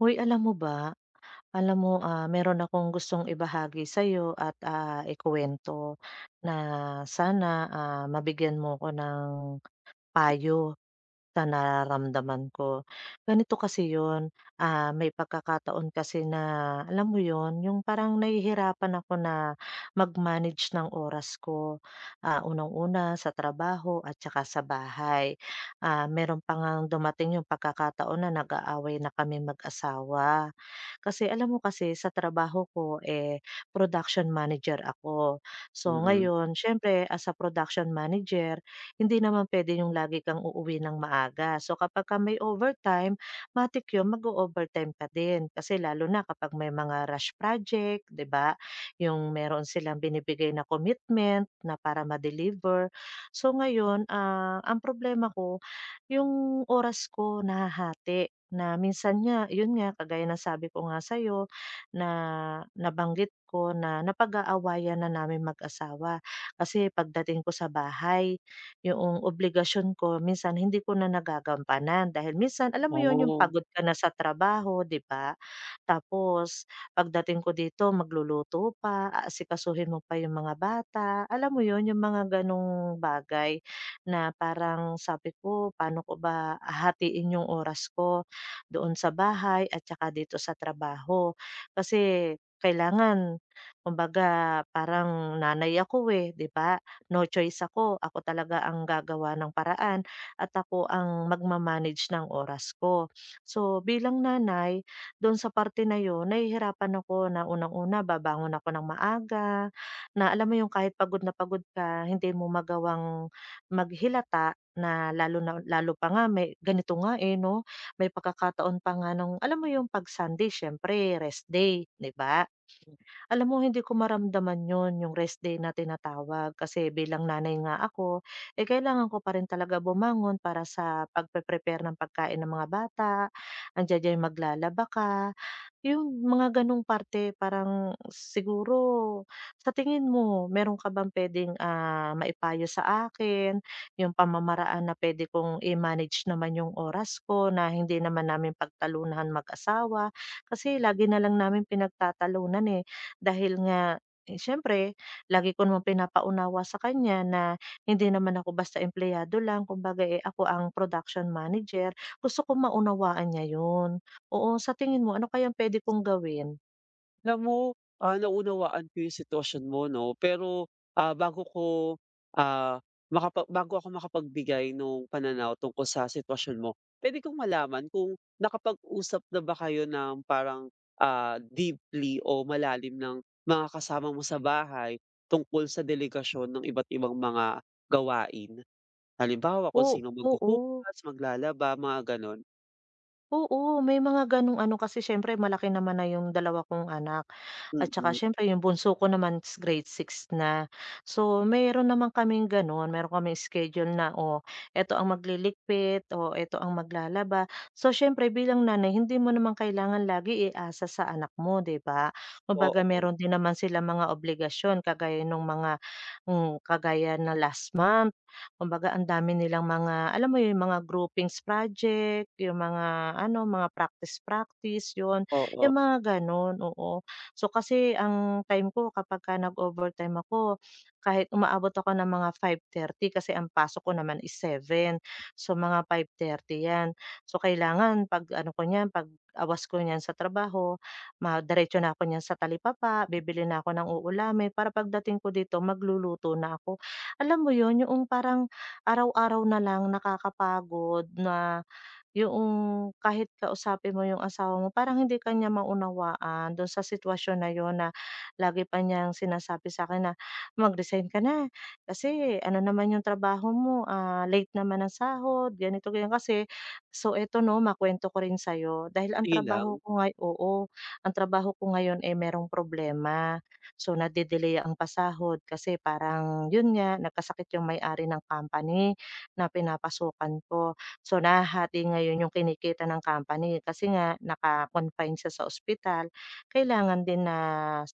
Hoy, alam mo ba, alam mo, meron akong gustong ibahagi sa'yo at, ikuwento na sana, mabigyan mo ko ng payo sa nararamdaman ko. Ganito kasi 'yun, may pagkakataon kasi na alam mo 'yun, yung parang nahihirapan ako na mag-manage ng oras ko. Unang-una sa trabaho at saka sa bahay. Meron pa ngang dumating yung pagkakataon na nag-aaway na kami mag-asawa. Kasi alam mo kasi sa trabaho ko, eh, production manager ako. So Mm, ngayon, siyempre as a production manager, hindi naman pwede yung lagi kang uuwi ng maaga. So kapagka may overtime, matik yun mag overtime ka din. Kasi lalo na kapag may mga rush project, 'di ba? Yung meron silang binibigay na commitment na para ma-deliver. So ngayon, ang problema ko, yung oras ko nahahati. Na minsan nga, yun nga, kagaya ng sabi ko nga sa'yo na nabanggit ko na napag-aawayan na namin mag-asawa. Kasi pagdating ko sa bahay, yung obligasyon ko minsan hindi ko na nagagampanan dahil minsan alam mo yun, yung oo. pagod ka na sa trabaho, 'di ba? Tapos pagdating ko dito magluluto pa, aasikasuhin mo pa yung mga bata, alam mo yun, yung mga gano'ng bagay na parang sabi ko, "Paano ko ba hahatiin yung oras ko?" doon sa bahay at saka dito sa trabaho. Kasi kailangan kumbaga parang nanay ako, eh, 'di ba? No choice ako, ako talaga ang gagawa ng paraan at ako ang magma ng oras ko. So, bilang nanay doon sa parte na 'yun nahihirapan ako na unang-una babangon ako ng maaga, na alam mo 'yung kahit pagod na pagod ka hindi mo magawang maghilata na lalo pa nga may ganito nga, eh, 'no? May pagkakataon pa nga nung alam mo yung 'pag Sunday siyempre rest day, 'di ba? Alam mo hindi ko maramdaman 'yun, yung rest day na tinatawag kasi bilang nanay nga ako, eh, kailangan ko pa rin talaga bumangon para sa pagpe-prepare ng pagkain ng mga bata, andiya-diyan maglalaba ka, yung mga gano'ng parte parang siguro sa tingin mo meron ka bang puwedeng, maipayo sa akin, yung pamamaraan na puwede kong i-manage naman yung oras ko na hindi naman namin pagtalunan mag-asawa, kasi lagi na lang namin pinagtatalunan, eh. Dahil nga, eh, siyempre lagi ko namang pinapaunawa sa kanya na hindi naman ako basta empleyado lang kumbaga, eh, ako ang production manager. Gusto ko maunawaan niya 'yun. Oo, sa tingin mo ano kayang puwede kong gawin? Alam mo, naunawaan ko yung sitwasyon mo 'no, pero, ah, bago ko, ah, bago ako makapagbigay ng pananaw tungkol sa sitwasyon mo, puwede kong malaman kung nakapag-usap na ba kayo ng parang, deeply o malalim ng mga kasama mo sa bahay tungkol sa delegasyon ng iba't ibang mga gawain? Halimbawa, kung Oo, sino oo, maghuhugas, maglalaba, mga gano'n? oo, may mga gano'ng ano kasi siyempre malaki naman na yung dalawa kong anak. At saka Mm, siyempre yung bunso ko naman is grade six na. So, mayroon naman kaming gano'n, meron kaming schedule na, o eto ang magliligpit, o eto ang maglalaba. So, siyempre bilang nanay hindi mo naman kailangan lagi iasa sa anak mo, 'di ba? Kumbaga oo, meron din naman sila mga obligasyon kagaya nung mga kagaya na last month, kumbaga ang dami nilang mga alam mo yung mga groupings project, yung mga ano, mga practice-practice, yun. oo. Yung mga gano'n, oo. So, kasi ang time ko kapagka nag-overtime ako, kahit umaabot ako ng mga 5:30 kasi ang pasok ko naman is 7. So, mga 5:30 'yan. So, kailangan 'pag ano ko niyan, 'pag awas ko niyan sa trabaho, ma diretso na ako niyan sa talipapa, bibili na ako ng uulamin para pagdating ko dito magluluto na ako. Alam mo 'yun, yung parang araw-araw na lang nakakapagod na yung kahit kausapin mo yung asawa mo parang hindi ka niya maunawaan dun sa sitwasyon na yun na lagi pa niyang sinasabi sa akin na, "Mag-resign ka na kasi ano naman yung trabaho mo, late naman ang sahod ganito ganyan." Kasi so eto 'no makwento ko rin sa'yo dahil ang Sige trabaho lang. ko ngayon, eh, merong problema. So nade-delay ang pasahod kasi parang yun nga nagkasakit yung may-ari ng company na pinapasukan ko. So, nahahati ngayon yung kinikita ng company kasi nga naka-confine siya sa ospital, kailangan din na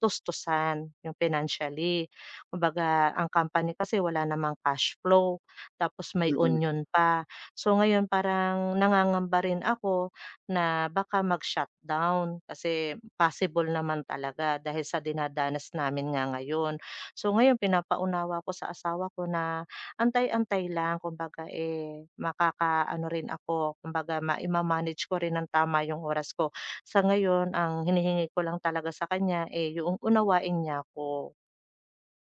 tustusan yung financially. Kumbaga ang company kasi wala namang cash flow, tapos may Mm. union pa. So, ngayon parang nangangamba rin ako na baka mag-shutdown kasi possible naman talaga dahil sa dinadanas namin nga ngayon. So, ngayon pinapaunawa ko sa asawa ko na antay-antay lang kumbaga, eh, makakaano rin ako kumbaga ma ima-manage ko rin ng tama yung oras ko. Sa ngayon ang hinihingi ko lang talaga sa kanya, eh, yung unawain niya ako.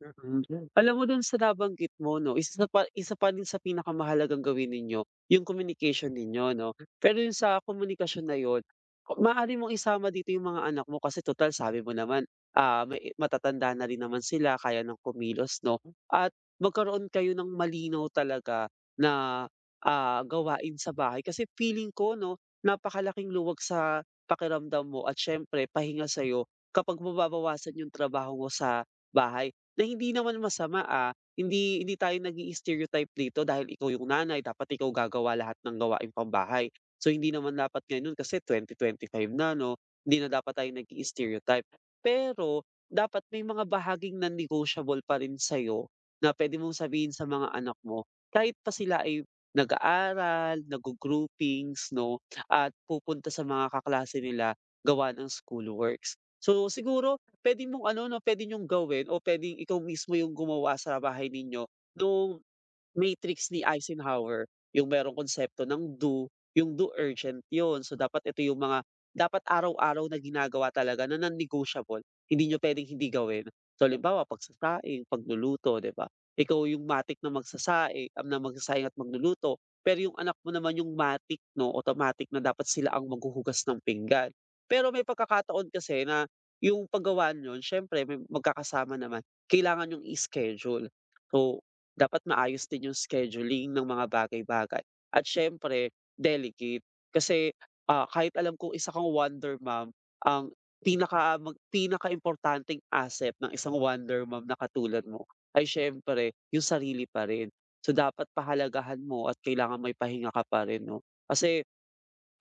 Mm. Alam mo dun sa nabanggit mo 'no, isa pa din sa pinakamahalagang gawin ninyo, yung communication ninyo 'no. Pero yung sa komunikasyon na yun, maaari mong isama dito yung mga anak mo kasi total sabi mo naman, may matatanda na rin naman sila, kaya ng kumilos 'no. At magkaroon kayo ng malinaw talaga na, gawain sa bahay kasi feeling ko 'no, napakalaking luwag sa pakiramdam mo at siyempre pahinga sa'yo kapag mababawasan yung trabaho mo sa bahay. Na hindi naman masama, ah, hindi hindi tayo nag stereotype dito dahil ikaw yung nanay dapat ikaw gagawa lahat ng gawaing pambahay. So hindi naman dapat ngayon kasi 2025 na 'no, hindi na dapat tayo nag stereotype. Pero dapat may mga bahaging non-negotiable pa rin sa'yo na pwede mong sabihin sa mga anak mo kahit pa sila ay nag-aaral, naggo-groupings 'no, at pupunta sa mga kaklase nila gawa ng schoolworks. So siguro puwede mong ano 'no, puwede niyong gawin o puwedeng ikaw mismo yung gumawa sa bahay ninyo nung Matrix ni Eisenhower, yung merong konsepto ng do, yung do urgent yun. So, dapat ito yung mga dapat araw-araw na ginagawa talaga na non-negotiable, hindi niyo puwedeng hindi gawin. So, halimbawa pagsasaing, pagluluto, 'di ba? Ikaw yung matik na magsasaing am na magsasaing at magluluto, pero yung anak mo naman yung matik 'no, automatic na dapat sila ang maghuhugas ng pinggan. Pero may pagkakataon kasi na yung paggawa niyon siyempre may magkakasama naman, kailangan yung i-schedule. So dapat maayos din yung scheduling ng mga bagay-bagay at siyempre delicate. Kasi, kahit alam kong isa kang wonder mom, ang pinaka mag pinaka pinakaimportanteng asset ng isang wonder mom na katulad mo ay siyempre yung sarili pa rin. So, dapat pahalagahan mo at kailangan may pahinga ka pa rin 'no. Kasi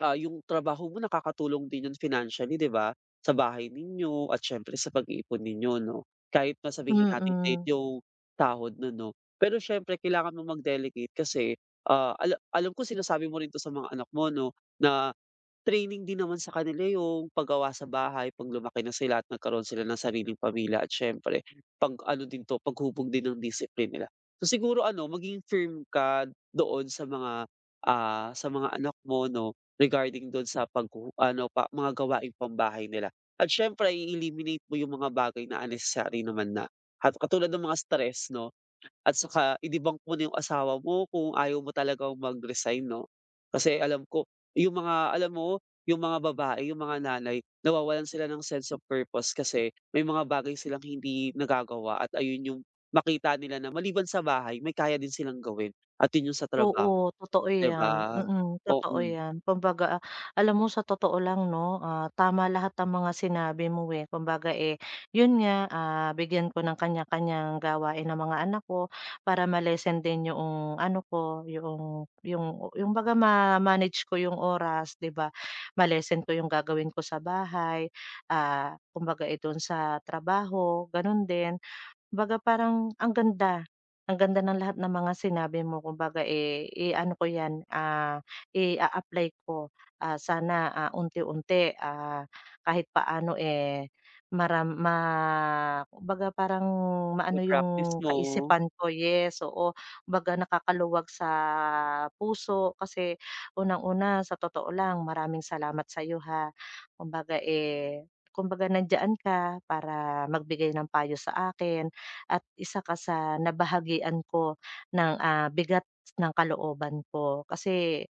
Yung trabaho mo nakakatulong din yun financially, 'di ba? Sa bahay ninyo at siyempre sa pag-iipon ninyo 'no? Kahit na sabihin nating late Mm. yung sahod nun 'no, pero siyempre kailangan mo mag-delegate kasi, alam ko sinasabi mo rin 'to sa mga anak mo 'no, na training din naman sa kanila yung paggawa sa bahay 'pag lumaki na sila at nagkaroon sila ng sariling pamilya at siyempre paghubog din ng discipline nila. So, siguro ano, maging firm ka doon sa mga, sa mga anak mo 'no, regarding doon sa paghu ano pa mga gawaing pambahay nila. At siyempre i-eliminate mo yung mga bagay na unnecessary naman na at katulad ng mga stress 'no, at saka i-debunk mo na yung asawa mo kung ayaw mo talagang mag-resign 'no. Kasi alam ko yung mga alam mo, yung mga babae, yung mga nanay nawawalan sila ng sense of purpose kasi may mga bagay silang hindi nagagawa at ayun yung makita nila na maliban sa bahay may kaya din silang gawin at yun yung sa trabaho, Oo, totoo 'di 'yan, ba? Oo, totoo 'yan. Kumbaga, alam mo sa totoo lang 'no, tama lahat ng mga sinabi mo, eh. Kumbaga, eh, 'yun nga, bigyan ko ng kanya-kanyang gawain ng mga anak ko para ma-lessen din yoong ano ko, yung baga ma-manage ko yung oras, 'di ba? Ma-lessen ko yung gagawin ko sa bahay, kumbaga, eh, do'n sa trabaho, gano'n din. Kumbaga parang ang ganda ng lahat ng mga sinabi mo kumbaga, eh, i-ano ko 'yan, i apply ko. Sana, unti-unti, kahit paano, eh, maram ma kumbaga parang maano i-practice yung mo, kaisipan ko, yes, oo. Kumbaga nakakaluwag sa puso kasi unang-una sa totoo lang maraming salamat sa'yo, ha. Kumbaga, eh, kumbaga nandiyan ka para magbigay ng payo sa akin at isa ka sa nabahagian ko ng, bigat ng kalooban ko. Kasi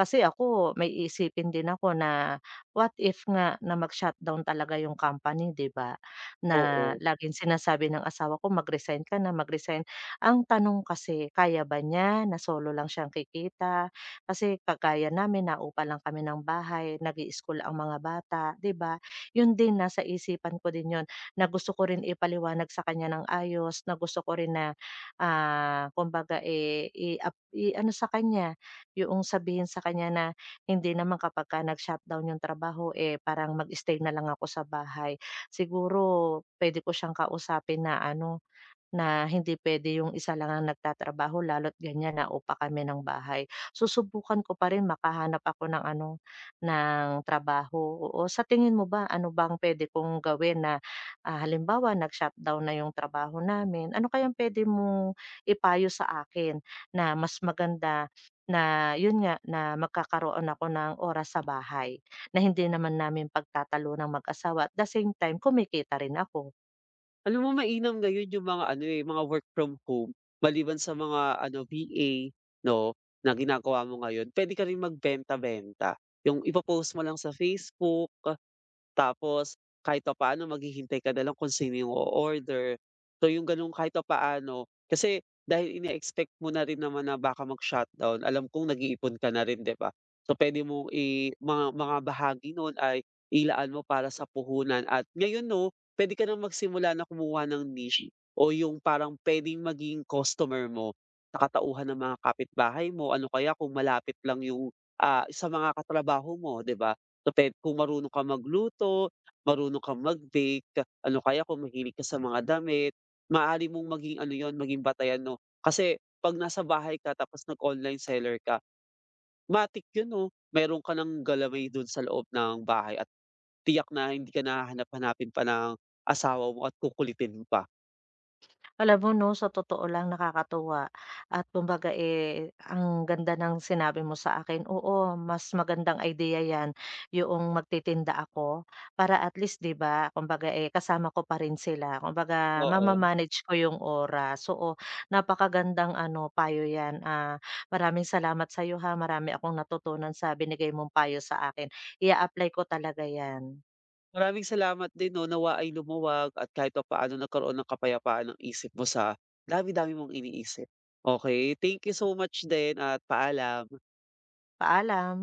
kasi ako may iisipin din ako na what if nga na mag-shutdown talaga yung company, 'di ba? Na oo. laging sinasabi ng asawa ko, "Mag-resign ka na, mag-resign." Ang tanong kasi, kaya ba niya na solo lang siyang kikita? Kasi kagaya namin naupa lang kami ng bahay, nag school ang mga bata, 'di ba? Yun din, nasa isipan ko din yun na gusto ko rin ipaliwanag sa kanya ng ayos, na gusto ko rin na, kumbaga, eh, i-ano sa kanya, yung sabihin sa kanya na hindi naman kapagka nag-shutdown yung trabaho, eh, parang mag-stay na lang ako sa bahay. Siguro puwede ko siyang kausapin na ano na hindi puwede yung isa lang ang nagtatrabaho lalo't ganyan naupa kami ng bahay. Susubukan ko pa rin makahanap ako ng ano, ng trabaho, oo. Sa tingin mo ba ano bang puwede kong gawin na, halimbawa nag-shutdown na yung trabaho namin, ano kayang puwede mong ipayo sa akin na mas maganda na yun nga, na magkakaroon ako ng oras sa bahay, na hindi naman namin pagtatalo ng mag-asawa at the same time kumikita rin ako? Alam mo mainam ngayon yung mga ano, eh, mga work from home maliban sa mga ano VA 'no, na ginagawa mo ngayon, pwede ka rin magbenta-benta. Yung ipo mo lang sa Facebook. Tapos kahit pa paano maghihintay ka na lang kung sino yung order. So yung gano'n kahit pa paano kasi dahil ine-expect mo na rin naman na baka mag-shutdown, alam kong nag-iipon ka na rin, 'di ba? So pwede mo i mga bahagi noon ay ilaan mo para sa puhunan at ngayon 'no, pwede ka ng magsimula na kumuha ng niche o yung parang puwedeng maging customer mo na katauhan ng mga kapitbahay mo. Ano kaya kung malapit lang yung, sa mga katrabaho mo, 'di ba? So, pe kung marunong ka magluto, marunong ka mag-bake, ano kaya kung mahilig ka sa mga damit, maaari mong maging ano yon, maging batayan 'no. Kasi 'pag nasa bahay ka tapos nag-online seller ka, matik 'yun 'no, meron ka ng galamay dun sa loob ng bahay at tiyak na hindi ka na hahanap-hanapin pa ng asawa mo at kukulitin mo pa, Alam mo 'no, sa totoo lang nakakatuwa at kumbaga, eh, ang ganda ng sinabi mo sa akin. Oo, mas magandang idea 'yan, yung magtitinda ako para at least 'di ba, kumbaga, eh, kasama ko pa rin sila. Kumbaga oo. mama-manage ko yung oras. Oo, napakagandang ano, payo 'yan. Maraming salamat sa iyo ha. Marami akong natutunan sa binigay mong payo sa akin. Ia-apply ko talaga 'yan. Maraming salamat din 'no, nawa ay lumuwag at kahit papaano nagkaroon ng kapayapaan ang isip mo sa dami-dami mong iniisip. Okay, thank you so much din at paalam. Paalam.